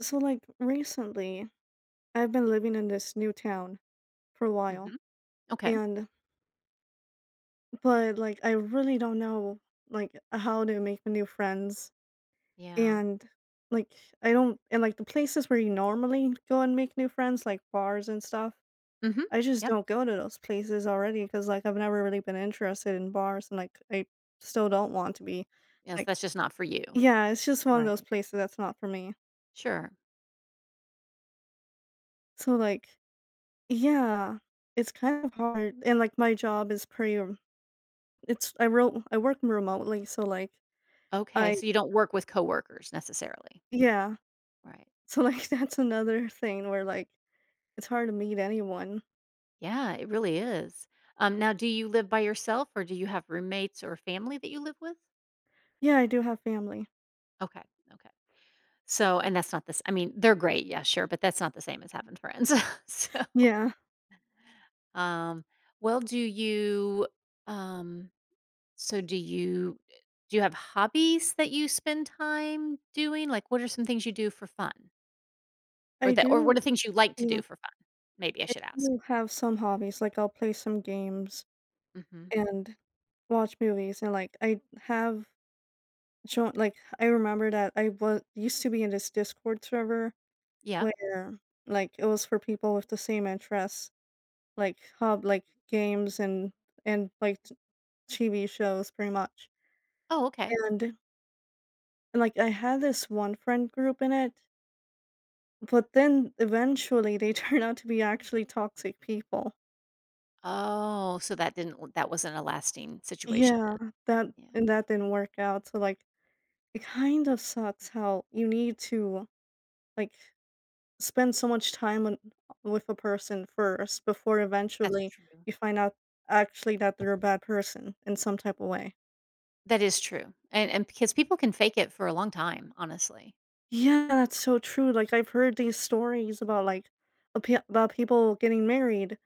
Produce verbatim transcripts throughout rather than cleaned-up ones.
So, like, recently, I've been living in this new town for a while, Mhm. Okay. and but like, I really don't know like how to make new friends, Yeah. and like, I don't and like the places where you normally go and make new friends, like bars and stuff. Mhm. I just Yep. don't go to those places already because like I've never really been interested in bars, and like I still don't want to be. Yes, Like, that's just not for you. yeah, it's just one of those Right. places that's not for me. Sure. So like, yeah, it's kind of hard and like my job is pretty It's I wrote I work remotely, so, like, Okay, I so you don't work with coworkers necessarily. yeah. Right. So, like, that's another thing where, like, it's hard to meet anyone. Yeah, it really is. Um, now, do you live by yourself, or do you have roommates or family that you live with? Yeah, I do have family. Okay, okay. So, and that's not this. I mean, they're great, yeah, sure, but that's not the same as having friends. so, Yeah, um, well, do you? Um, so, do you? Do you have hobbies that you spend time doing? Like, what are some things you do for fun? Or I that or what do are things you like to do yeah, for fun? Maybe I I should ask. do have some hobbies, like, I'll play some games Mhm. and watch movies, and, like, I have jo like, I remember that I was used to be in this Discord server Yeah. where, like, it was for people with the same interests, like hub like, games and and, like, t TV shows pretty much. Oh, okay. And and, like, I had this one friend group in it, but then eventually they turned out to be actually toxic people. Oh, so that didn't that wasn't a lasting situation Yeah, then. that Yeah. and that didn't work out, so, like, it kind of sucks how you need to, like, spend so much time on with a person first before That's eventually true. you find out actually that they're a bad person in some type of way. That is true. And and because people can fake it for a long time, honestly. Yeah, that's so true, like, I've heard these stories about, like, a pe about people getting married,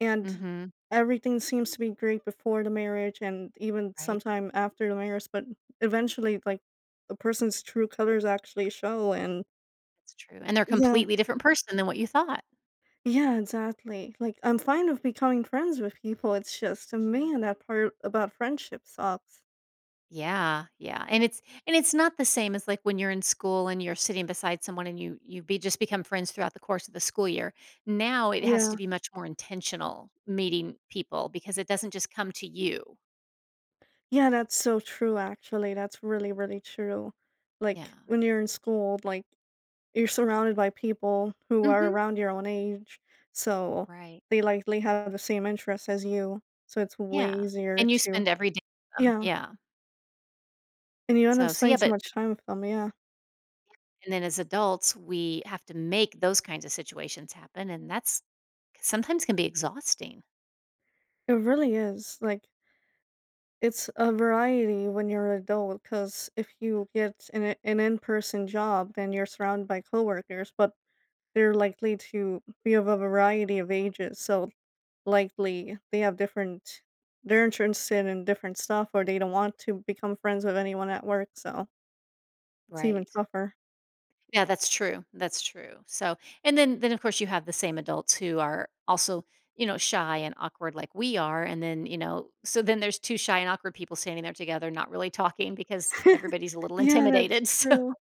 and Mhm. everything seems to be great before the marriage and even Right? sometime after the marriage, but eventually, like, a person's true colors actually show and That's true. And they're a yeah. completely different person than what you thought. Yeah, exactly, like, I'm fine with becoming friends with people, it's just, Sure. man, that part about friendship sucks. Yeah, yeah, and it's and it's not the same as like when you're in school and you're sitting beside someone and you you be just become friends throughout the course of the school year. Now it has to Yeah. be much more intentional meeting people because it doesn't just come to you. Yeah, that's so true, actually, that's really, really true. Yeah. Like, when you're in school, like you're surrounded by people who are Mhm. around your own age, so Right. they likely have the same interests as you, so it's way Yeah. easier And you to. spend every day with them. Yeah, Yeah. and you end up So so yeah, spending so but much time with them, yeah. and then as adults, we have to make those kinds of situations happen and that's sometimes can be exhausting. It really is, like, it's a variety when you're an adult, because if you get an an in-person job, then you're surrounded by coworkers, but they're likely to be of a variety of ages, so likely they have different they're interested in different stuff or they don't want to become friends with anyone at work, so it's even Right. tougher. Yeah, that's true. That's true. So, and then then of course you have the same adults who are also, you know, shy and awkward like we are, and then, you know, so then there's two shy and awkward people standing there together not really talking because everybody's a little Yeah, that's intimidated. So, true.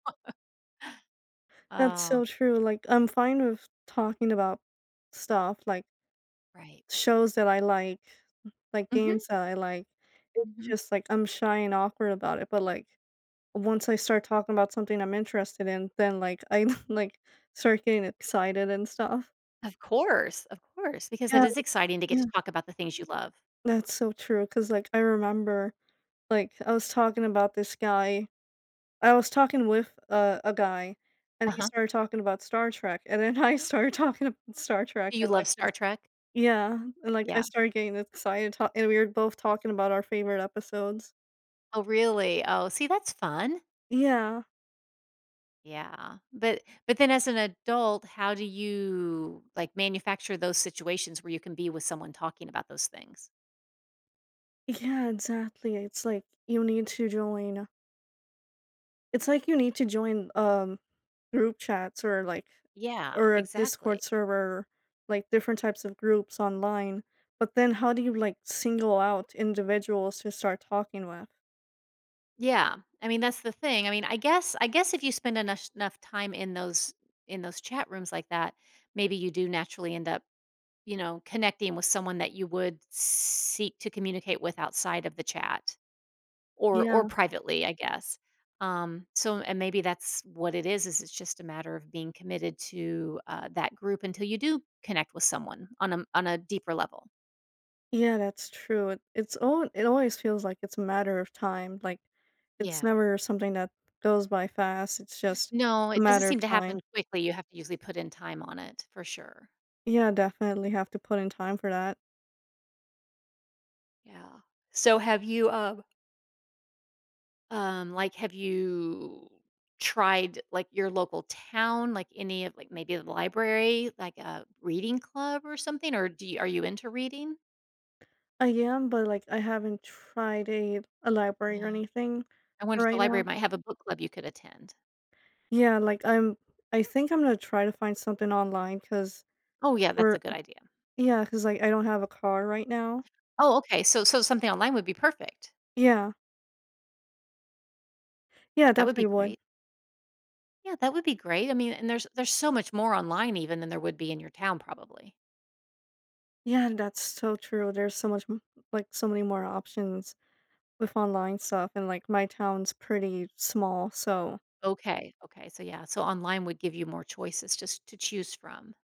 That's oh, so true. Like, I'm fine with talking about stuff, like right. shows that I like, like Mhm. games that I like. It's Mhm. just like I'm shy and awkward about it, but like once I start talking about something I'm interested in, then like I like start getting excited and stuff. Of course. Of course, because that Yeah, is exciting to get to yeah. talk about the things you love. That's so true. Cause like I remember Like, I was talking about this guy I was talking with a a guy, and he Uh-huh. started talking about Star Trek, and then I started talking about Star Trek, Do you and, love like, Star just. Trek? Yeah, and, like, I Yeah. started getting excited ta and we were both talking about our favorite episodes. Oh, really? Oh, see, that's fun. Yeah. Yeah. But but then as an adult, how do you like manufacture those situations where you can be with someone talking about those things? Yeah, exactly, it's like, you need to join. It's like you need to join, um, group chats or, like Yeah, or a Discord exactly. server, like, different types of groups online, but then how do you, like, single out individuals to start talking with? Yeah. I mean, that's the thing. I mean, I guess I guess if you spend enough enough time in those in those chat rooms like that, maybe you do naturally end up, you know, connecting with someone that you would seek to communicate with outside of the chat. Or or Yeah. privately, I guess. Um, so and maybe that's what it is, is it's just a matter of being committed to, uh, that group until you do connect with someone on a on a deeper level. Yeah, that's true. It it's al it always feels like it's a matter of time, like, it's Yeah. never something that goes by fast, it's just No, a it doesn't matter of seem to happen time. quickly, you have to usually put in time on it, for sure. Yeah, definitely have to put in time for that. Yeah. So have you, uh, um, like, have you tried, like, your local town, like, any of like, maybe the library, like a reading club or something, or do you are you into reading? I am, but, like, I haven't tried a a library or Yeah. anything I wonder if the right library now. might have a book club you could attend. Yeah, like, I'm I think I'm gonna try to find something online, cause Oh, yeah, that's a for good idea. yeah, cause like, I don't have a car right now. Oh, okay, so so something online would be perfect. Yeah. Yeah, That would be definitely would. great. Yeah, that would be great. I mean, and there's there's so much more online even than there would be in your town probably. Yeah, that's so true. There's so much m Like, so many more options with online stuff, and, like, my town's pretty small, so Okay, okay, so yeah, so online would give you more choices just to choose from.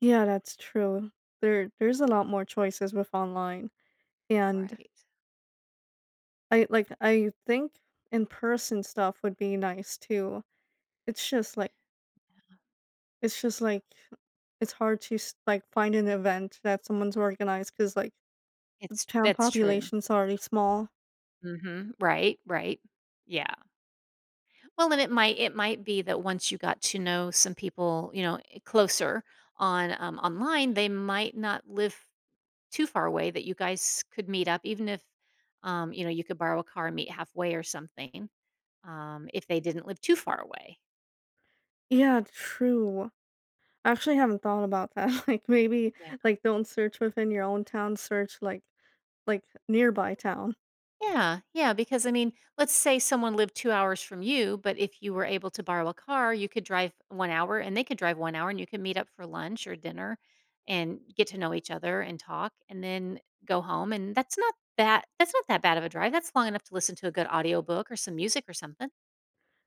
yeah, that's true. There there's a lot more choices with online, and Right. I like, I think in-person stuff would be nice too. It's just, like It's just like it's hard to s like, find an event that someone's organized because like, It's town that's true. population's already small. Mhm. Right, right. Yeah. Well, and it might it might be that once you got to know some people, you know, eh, closer on um, online, they might not live too far away that you guys could meet up, even if, um, you know, you could borrow a car and meet halfway or something, um, if they didn't live too far away. Yeah, true. I actually haven't thought about that. Like, maybe, Yeah. like, don't search within your own town, search, like like, nearby town. Yeah, yeah, because I mean, let's say someone lived two hours from you, but if you were able to borrow a car, you could drive one hour and they could drive one hour and you could meet up for lunch or dinner and get to know each other and talk and then go home. And that's not that that's not that bad of a drive. That's long enough to listen to a good audiobook or some music or something.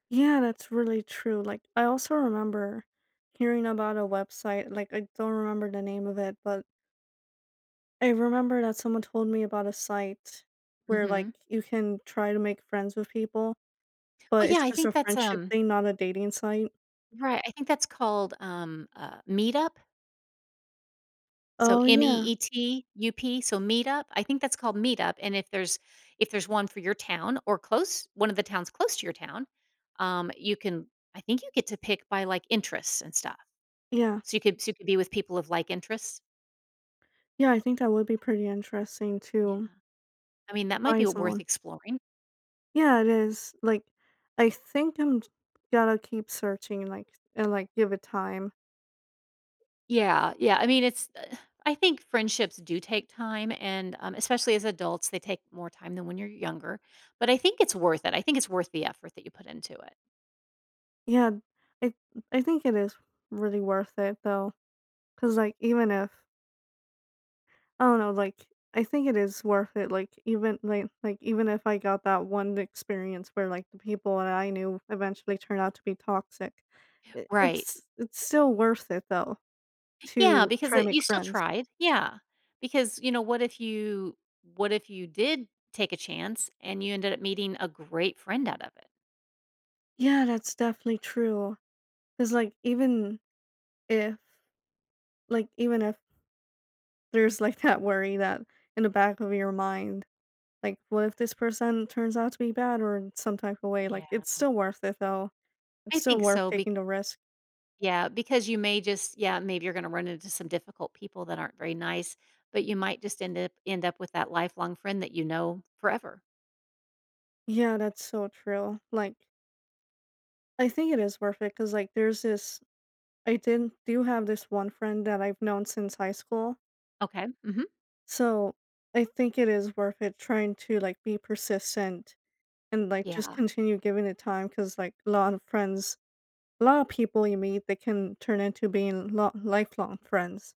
Yeah, that's really true. Like, I also remember hearing about a website, like, I don't remember the name of it, but I remember that someone told me about a site where, Hmm like, you can try to make friends with people. Oh But yeah, it's I just a think that's friendship um thing, not a dating site? Right, I think that's called, um, uh, Meetup, so Oh, yeah. M E E T U P, so Meetup, I think that's called Meetup, and if there's if there's one for your town or close one of the towns close to your town, um, you can I think you get to pick by, like, interests and stuff, Yeah. so you could so you could be with people of like interests. Yeah, I think that would be pretty interesting Yeah, to I mean, that might be find worth someone. exploring. Yeah, it is. Like, I think I'm j- gotta keep searching, like, and, like, give it time. Yeah, yeah, I mean, it's uh, I think friendships do take time and, um, especially as adults, they take more time than when you're younger, but I think it's worth it, I think it's worth the effort that you put into it. Yeah, I I think it is really worth it, though, cause like, even if I don't know, like, I think it is worth it, like, even like like, even if I got that one experience where, like, the people that I knew eventually turned out to be toxic, I Right. it's it's still worth it, though, Yeah, to because try to it you make still friends. tried. Yeah. Because, you know, what if you what if you did take a chance and you ended up meeting a great friend out of it? Yeah, that's definitely true. Cause like, even if like, even if there's, like, that worry that in the back of your mind, like, "What if this person turns out to be bad or in some type of way?" Yeah. Like, it's still worth it, though. It's I still think worth so. Be taking the risk. Yeah, because you may just yeah, maybe you're gonna run into some difficult people that aren't very nice, but you might just end up end up with that lifelong friend that you know forever. Yeah, that's so true. Like, I think it is worth it because, like, there's this. I did do have this one friend that I've known since high school, Okay. Mhm. so I think it is worth it trying to like be persistent and like just Yeah. continue giving it time because, like, a lot of friends, a lot of people you meet, they can turn into being lo- lifelong friends.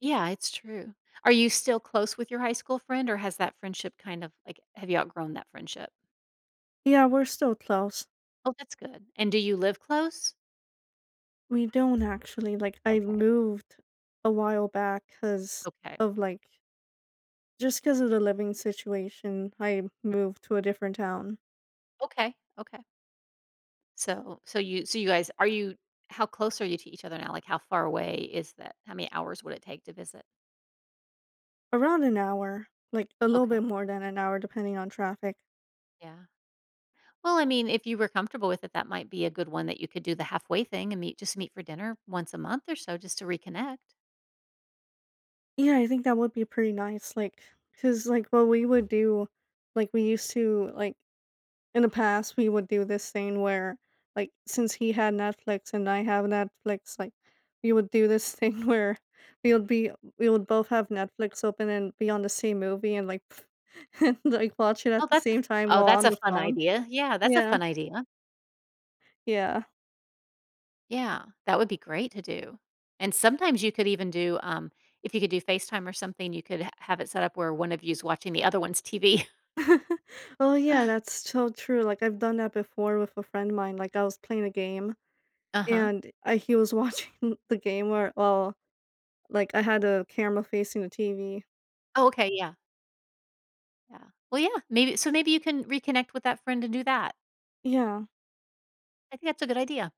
Yeah, it's true. Are you still close with your high school friend or has that friendship kind of like have you outgrown that friendship? Yeah, we're still close. Oh, that's good. And do you live close? We don't actually like. I Okay. moved a while back because Okay. of like just because of the living situation, I moved to a different town. Okay. Okay. So so you so you guys are you how close are you to each other now? Like how far away is that? How many hours would it take to visit? Around an hour, like, a little Okay. bit more than an hour depending on traffic. Yeah. Well, I mean, if you were comfortable with it, that might be a good one that you could do the halfway thing and meet just meet for dinner once a month or so just to reconnect. Yeah, I think that would be pretty nice, like, cause like, what we would do like, we used to like, in the past, we would do this thing where, like, since he had Netflix and I have Netflix, like, we would do this thing where we would be we would both have Netflix open and be on the same movie and, like, and, like, watch it Oh, at the that's a same time oh, while that's on a the fun phone. idea. Yeah, that's a Yeah. fun idea. Yeah. Yeah, that would be great to do. And sometimes you could even do um if you could do FaceTime or something, you could ha- have it set up where one of you's watching the other one's T V. Oh, yeah, that's so true, like, I've done that before with a friend of mine, like, I was playing a game, Uh-huh. and I he was watching the game where well, like, I had a camera facing the T V. Oh, okay, yeah, yeah. Well, yeah, maybe so maybe you can reconnect with that friend and do that. Yeah. I think that's a good idea.